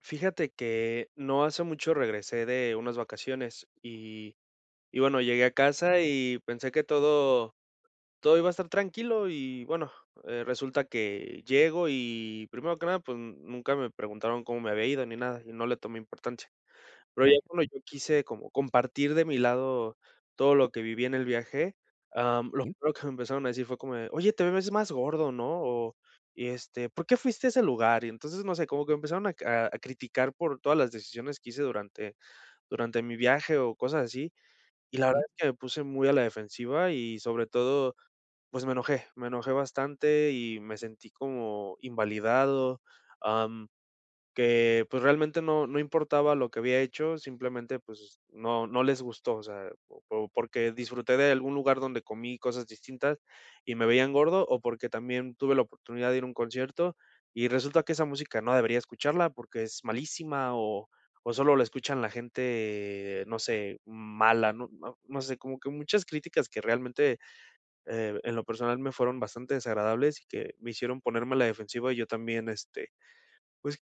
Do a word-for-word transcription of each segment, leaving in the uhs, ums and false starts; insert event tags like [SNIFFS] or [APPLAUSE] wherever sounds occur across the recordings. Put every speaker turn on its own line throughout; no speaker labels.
Fíjate que no hace mucho regresé de unas vacaciones y, y bueno, llegué a casa y pensé que todo, todo iba a estar tranquilo y bueno, eh, resulta que llego y primero que nada, pues nunca me preguntaron cómo me había ido ni nada y no le tomé importancia. Pero ya
Vaya,
cuando yo quise como compartir de mi lado todo lo que viví en el viaje, am, lo
sí,
primero que me empezaron a decir fue como de: "Oye, te ves más gordo, ¿no?". O, y este: "¿Por qué fuiste a ese lugar?". Y entonces, no sé, como que empezaron a a a criticar por todas las decisiones que hice durante durante mi viaje o cosas así. Y la verdad
sí.
es que me puse muy a la defensiva y sobre todo, pues me enojé, me enojé bastante y me sentí como invalidado, que pues realmente no, no importaba lo que había hecho, simplemente pues no, no les gustó, o sea, o- o porque disfruté de algún lugar donde comí cosas distintas y me veían gordo, o porque también tuve la oportunidad de ir a un concierto y resulta que esa música no debería escucharla porque es malísima o, o solo la escuchan la gente, no sé, mala, no, no- no sé, como que muchas críticas que realmente eh, en lo personal me fueron bastante desagradables y que me hicieron ponerme a la defensiva y yo también, este, pues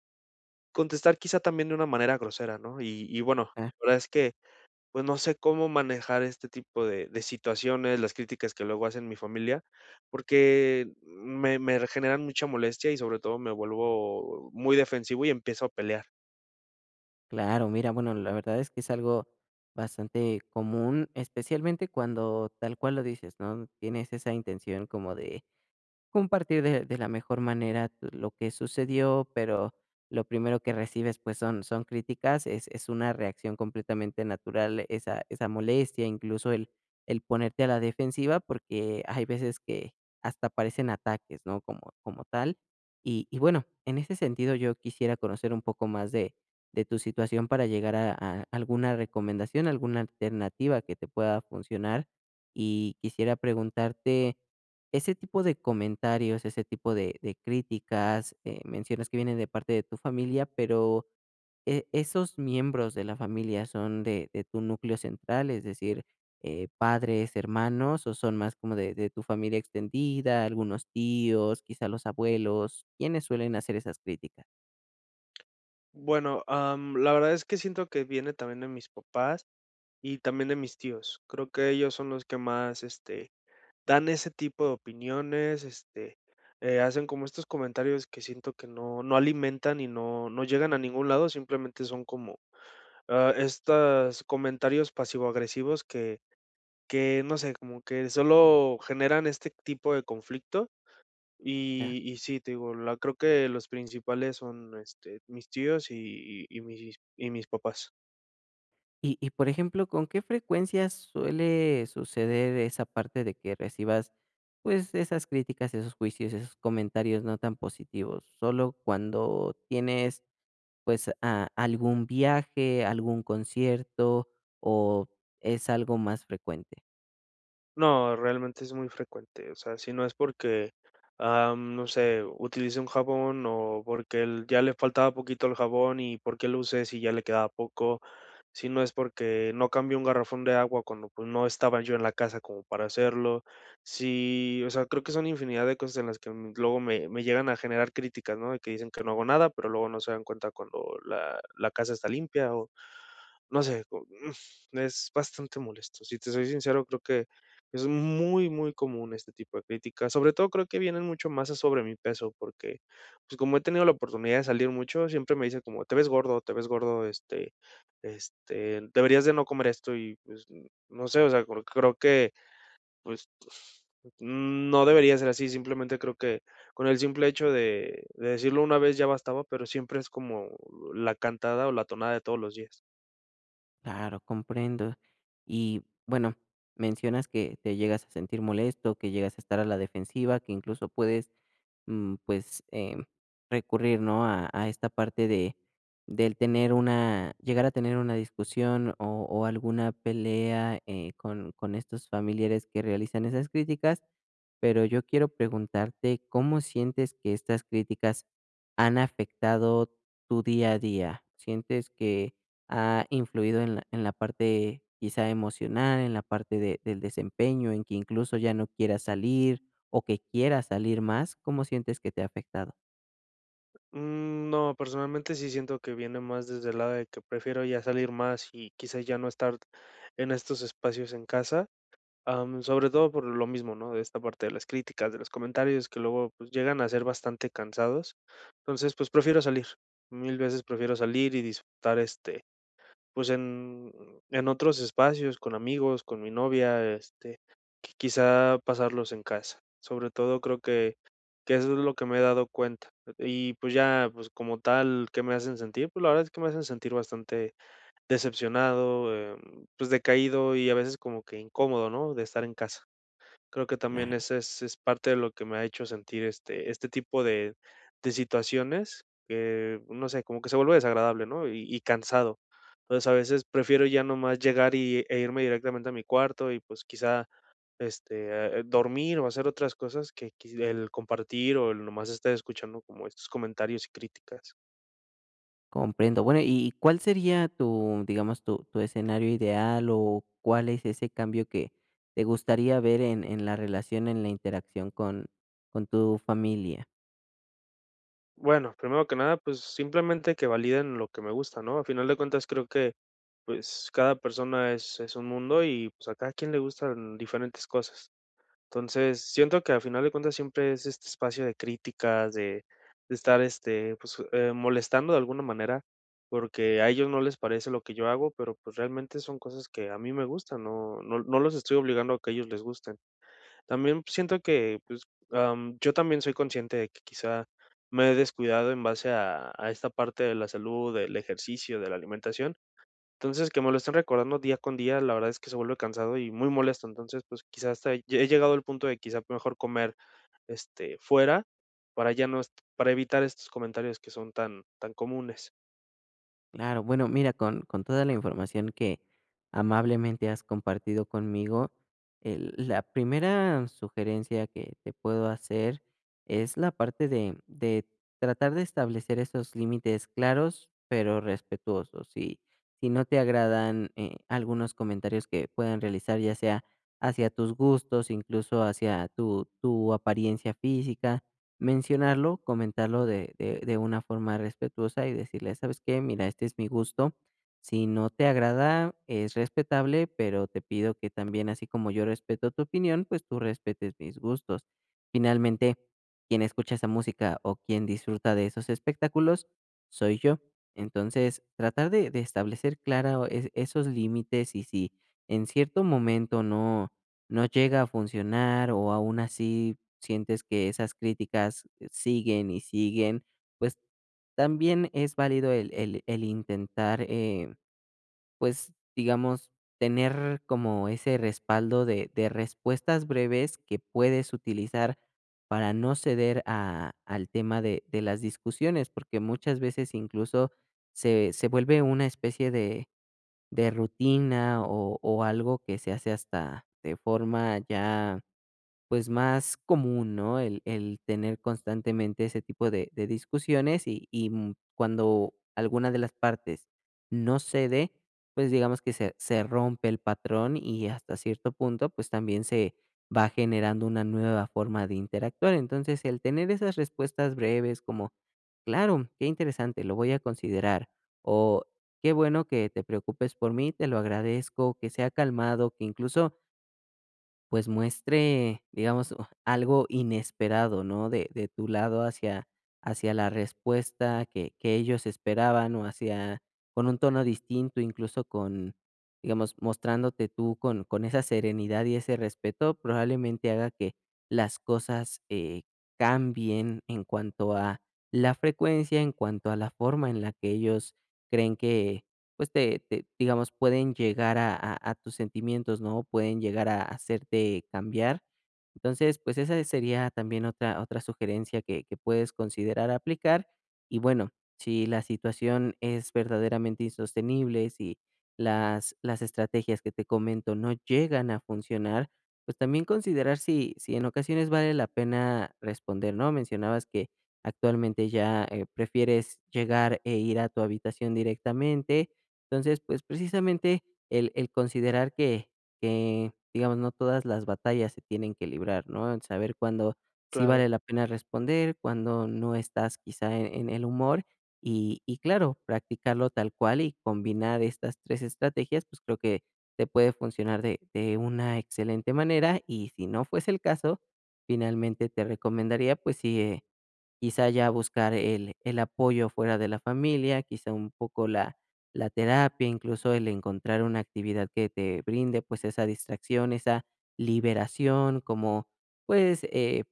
contestar quizá también de una manera grosera, ¿no? Y y bueno,
Ah,
la verdad es que, pues, no sé cómo manejar este tipo de de situaciones, las críticas que luego hacen mi familia, porque me me generan mucha molestia y sobre todo me vuelvo muy defensivo y empiezo a pelear.
claro, mira, bueno, la verdad es que es algo bastante común, especialmente cuando tal cual lo dices, ¿no? Tienes esa intención como de compartir de de la mejor manera tu- lo que sucedió, pero lo primero que recibes, pues, son son críticas, es es una reacción completamente natural esa esa molestia, incluso el el ponerte a la defensiva, porque hay veces que hasta parecen ataques, ¿no? Como como tal. Y y bueno, en ese sentido, yo quisiera conocer un poco más de de tu situación para llegar a a alguna recomendación, alguna alternativa que te pueda funcionar. Y quisiera preguntarte, ese tipo de comentarios, ese tipo de de críticas, eh, mencionas que vienen de parte de tu familia, pero, ¿e esos miembros de la familia son de de tu núcleo central? Es decir, eh, padres, hermanos, o son más como de de tu familia extendida, algunos tíos, quizá los abuelos, ¿quiénes suelen hacer esas críticas?
Bueno, am, la verdad es que siento que viene también de mis papás y también de mis tíos. Creo que ellos son los que más, este, dan ese tipo de opiniones, este, eh, hacen como estos comentarios que siento que no, no alimentan y no, no llegan a ningún lado, simplemente son como ah, estos comentarios pasivo-agresivos que, que, no sé, como que solo generan este tipo de conflicto. Y, y sí, te digo, la, creo que los principales son este, mis tíos y, y- y mis, y mis papás.
Y y, por ejemplo, ¿con qué frecuencia suele suceder esa parte de que recibas, pues, esas críticas, esos juicios, esos comentarios no tan positivos? ¿Solo cuando tienes, pues, a algún viaje, algún concierto, o es algo más frecuente?
No, realmente es muy frecuente, o sea, si no es porque, am, no sé, utilice un jabón o porque él ya le faltaba poquito el jabón y porque lo usé si ya le quedaba poco, si no es porque no cambié un garrafón de agua cuando pues no estaba yo en la casa como para hacerlo, si, o sea, creo que son infinidad de cosas en las que m- luego me, me llegan a generar críticas, ¿no? De que dicen que no hago nada, pero luego no se dan cuenta cuando la, la casa está limpia, no sé, co [SNIFFS] es bastante molesto. Si te soy sincero, creo que es muy, muy común este tipo de críticas. Sobre todo, creo que vienen mucho más a sobre mi peso, porque, pues, como he tenido la oportunidad de salir mucho, siempre me dicen como: "Te ves gordo, te ves gordo, este este, deberías de no comer esto", y, pues, no sé, o sea, cre creo que, pues, no debería ser así. Simplemente creo que con el simple hecho de de decirlo una vez ya bastaba, pero siempre es como la cantada o la tonada de todos los días.
Claro, comprendo. Y, bueno, mencionas que te llegas a sentir molesto, que llegas a estar a la defensiva, que incluso puedes mm, pues, em, recurrir, ¿no? A a esta parte de del tener una llegar a tener una discusión o o alguna pelea, eh, con con estos familiares que realizan esas críticas, pero yo quiero preguntarte, ¿cómo sientes que estas críticas han afectado tu día a día? ¿Sientes que ha influido en la, en la parte quizá emocional, en la parte de- del desempeño, en que incluso ya no quieras salir o que quieras salir más? ¿Cómo sientes que te ha afectado?
Mm, No, personalmente sí siento que viene más desde el lado de que prefiero ya salir más y quizás ya no estar en estos espacios en casa, am, sobre todo por lo mismo, ¿no? De esta parte de las críticas, de los comentarios que luego pues, llegan a ser bastante cansados. Entonces, pues prefiero salir, mil veces prefiero salir y disfrutar este pues en en otros espacios, con amigos, con mi novia, este, qui quizá pasarlos en casa. Sobre todo creo que que eso es lo que me he dado cuenta. Y, pues, ya, pues, como tal, ¿qué me hacen sentir? Pues, la verdad es que me hacen sentir bastante decepcionado, em, pues, decaído y a veces como que incómodo, ¿no?, de estar en casa. Creo que también
Claro.
ese es es parte de lo que me ha hecho sentir, este este tipo de de situaciones que, no sé, como que se vuelve desagradable, ¿no? Y y cansado. Entonces, a veces prefiero ya nomás llegar y e irme directamente a mi cuarto y, pues, quizá, este, eh, dormir o hacer otras cosas que quiz el compartir o el nomás estar escuchando como estos comentarios y críticas.
Comprendo. Bueno, ¿y cuál sería tu, digamos, tu, tu escenario ideal o cuál es ese cambio que te gustaría ver en, en la relación, en la interacción con, con tu familia?
Bueno, primero que nada, pues, simplemente que validen lo que me gusta, ¿no? A final de cuentas, creo que pues, cada persona es es un mundo y, pues, a cada quien le gustan diferentes cosas. Entonces, siento que al final de cuentas siempre es este espacio de críticas, de de estar, este, pues, eh, molestando de alguna manera, porque a ellos no les parece lo que yo hago, pero, pues, realmente son cosas que a mí me gustan, no no no los estoy obligando a que ellos les gusten. También siento que, pues, am, yo también soy consciente de que quizá me he descuidado en base a a esta parte de la salud, del ejercicio, de la alimentación. Entonces, que me lo estén recordando día con día, la verdad es que se vuelve cansado y muy molesto. Entonces, pues, quizás hasta he he llegado al punto de quizá mejor comer, este, fuera para ya no est para evitar estos comentarios que son tan tan comunes.
Claro, bueno, mira, con, con toda la información que amablemente has compartido conmigo, el- la primera sugerencia que te puedo hacer es la parte de, de tratar de establecer esos límites claros, pero respetuosos. Y si no te agradan eh, algunos comentarios que puedan realizar, ya sea hacia tus gustos, incluso hacia tu, tu apariencia física, mencionarlo, comentarlo de de de una forma respetuosa y decirle: "¿Sabes qué? Mira, este es mi gusto. Si no te agrada, es respetable, pero te pido que también, así como yo respeto tu opinión, pues tú respetes mis gustos". Finalmente, quien escucha esa música o quien disfruta de esos espectáculos soy yo. Entonces, tratar de de establecer clara esos límites y si en cierto momento no no llega a funcionar o aún así sientes que esas críticas eh, siguen y siguen, pues también es válido el, el, el intentar, eh, pues, digamos, tener como ese respaldo de, de respuestas breves que puedes utilizar para no ceder a, al tema de, de las discusiones, porque muchas veces incluso se, se vuelve una especie de, de rutina o, o algo que se hace hasta de forma ya pues, más común, ¿no? El el tener constantemente ese tipo de de discusiones y y, mm, cuando alguna de las partes no cede, pues, digamos que se se rompe el patrón y hasta cierto punto, pues, también se va generando una nueva forma de interactuar. Entonces, el tener esas respuestas breves como: "Claro, qué interesante, lo voy a considerar", o "Qué bueno que te preocupes por mí, te lo agradezco", que sea calmado, que incluso pues muestre, digamos, u- algo inesperado, ¿no? De, de tu lado hacia, hacia la respuesta que, que ellos esperaban o hacia, con un tono distinto, incluso con, digamos, mostrándote tú con, con esa serenidad y ese respeto, probablemente haga que las cosas eh, cambien en cuanto a la frecuencia, en cuanto a la forma en la que ellos creen pues te te digamos, pueden llegar a a a tus sentimientos, ¿no? Pueden llegar a hacerte cambiar. Entonces, pues esa sería también otra otra sugerencia que que puedes considerar aplicar. Y bueno, si la situación es verdaderamente insostenible, si las las estrategias que te comento no llegan a funcionar, pues también considerar si si en ocasiones vale la pena responder, ¿no? Mencionabas que actualmente ya, eh, prefieres llegar e ir a tu habitación directamente, entonces, pues, precisamente el el considerar que que, digamos, no todas las batallas se tienen que librar, ¿no? El saber cuándo sí
Claro.
vale la pena responder, cuándo no estás quizá en en el humor y y claro, practicarlo tal cual y combinar estas tres estrategias, pues, creo que te puede funcionar de de una excelente manera y si no fuese el caso, finalmente te recomendaría, pues sí, eh, quizá ya buscar el el apoyo fuera de la familia, quizá un poco la la terapia, incluso el encontrar una actividad que te brinde, pues, esa distracción, esa liberación, como, pues, eh,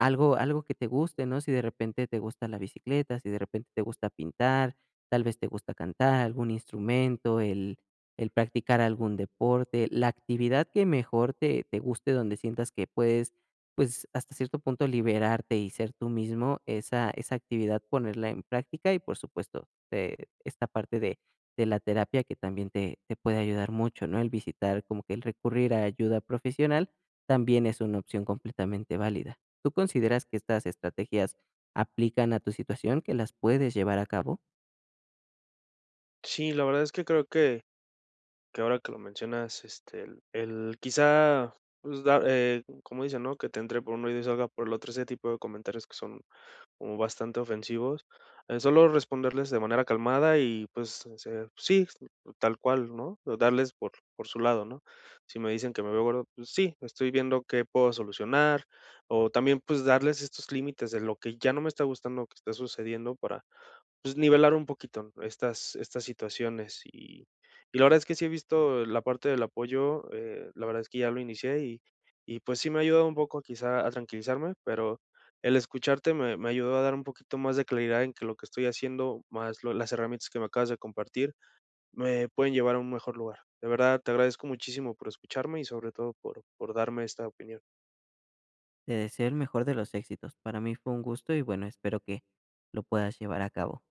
algo algo que te guste, ¿no? Si de repente te gusta la bicicleta, si de repente te gusta pintar, tal vez te gusta cantar, algún instrumento, el el practicar algún deporte, la actividad que mejor te te guste, donde sientas que puedes, pues, hasta cierto punto liberarte y ser tú mismo, esa esa actividad ponerla en práctica y, por supuesto, eh, esta parte de de la terapia que también te te puede ayudar mucho, ¿no? El visitar, como que el recurrir a ayuda profesional también es una opción completamente válida. ¿Tú consideras que estas estrategias aplican a tu situación, que las puedes llevar a cabo?
Sí, la verdad es que creo que que ahora que lo mencionas, este, el el quizá, pues, dar, eh, como dicen, ¿no? Que te entre por uno y salga por el otro, ese tipo de comentarios que son como bastante ofensivos, eh, solo responderles de manera calmada y pues, se sí, tal cual, ¿no? O darles por por su lado, ¿no? Si me dicen que me veo gordo, pues sí, estoy viendo qué puedo solucionar, o también, pues, darles estos límites de lo que ya no me está gustando que está sucediendo para pues, nivelar un poquito, ¿no?, estas estas situaciones. Y y la verdad es que sí he visto la parte del apoyo, eh, la verdad es que ya lo inicié y y, pues, sí me ha ayudado un poco quizá a tranquilizarme, pero el escucharte me me ayudó a dar un poquito más de claridad en que lo que estoy haciendo, más lo las herramientas que me acabas de compartir, me pueden llevar a un mejor lugar. De verdad, te agradezco muchísimo por escucharme y sobre todo por por darme esta opinión.
Te deseo el mejor de los éxitos. Para mí fue un gusto y bueno, espero que lo puedas llevar a cabo.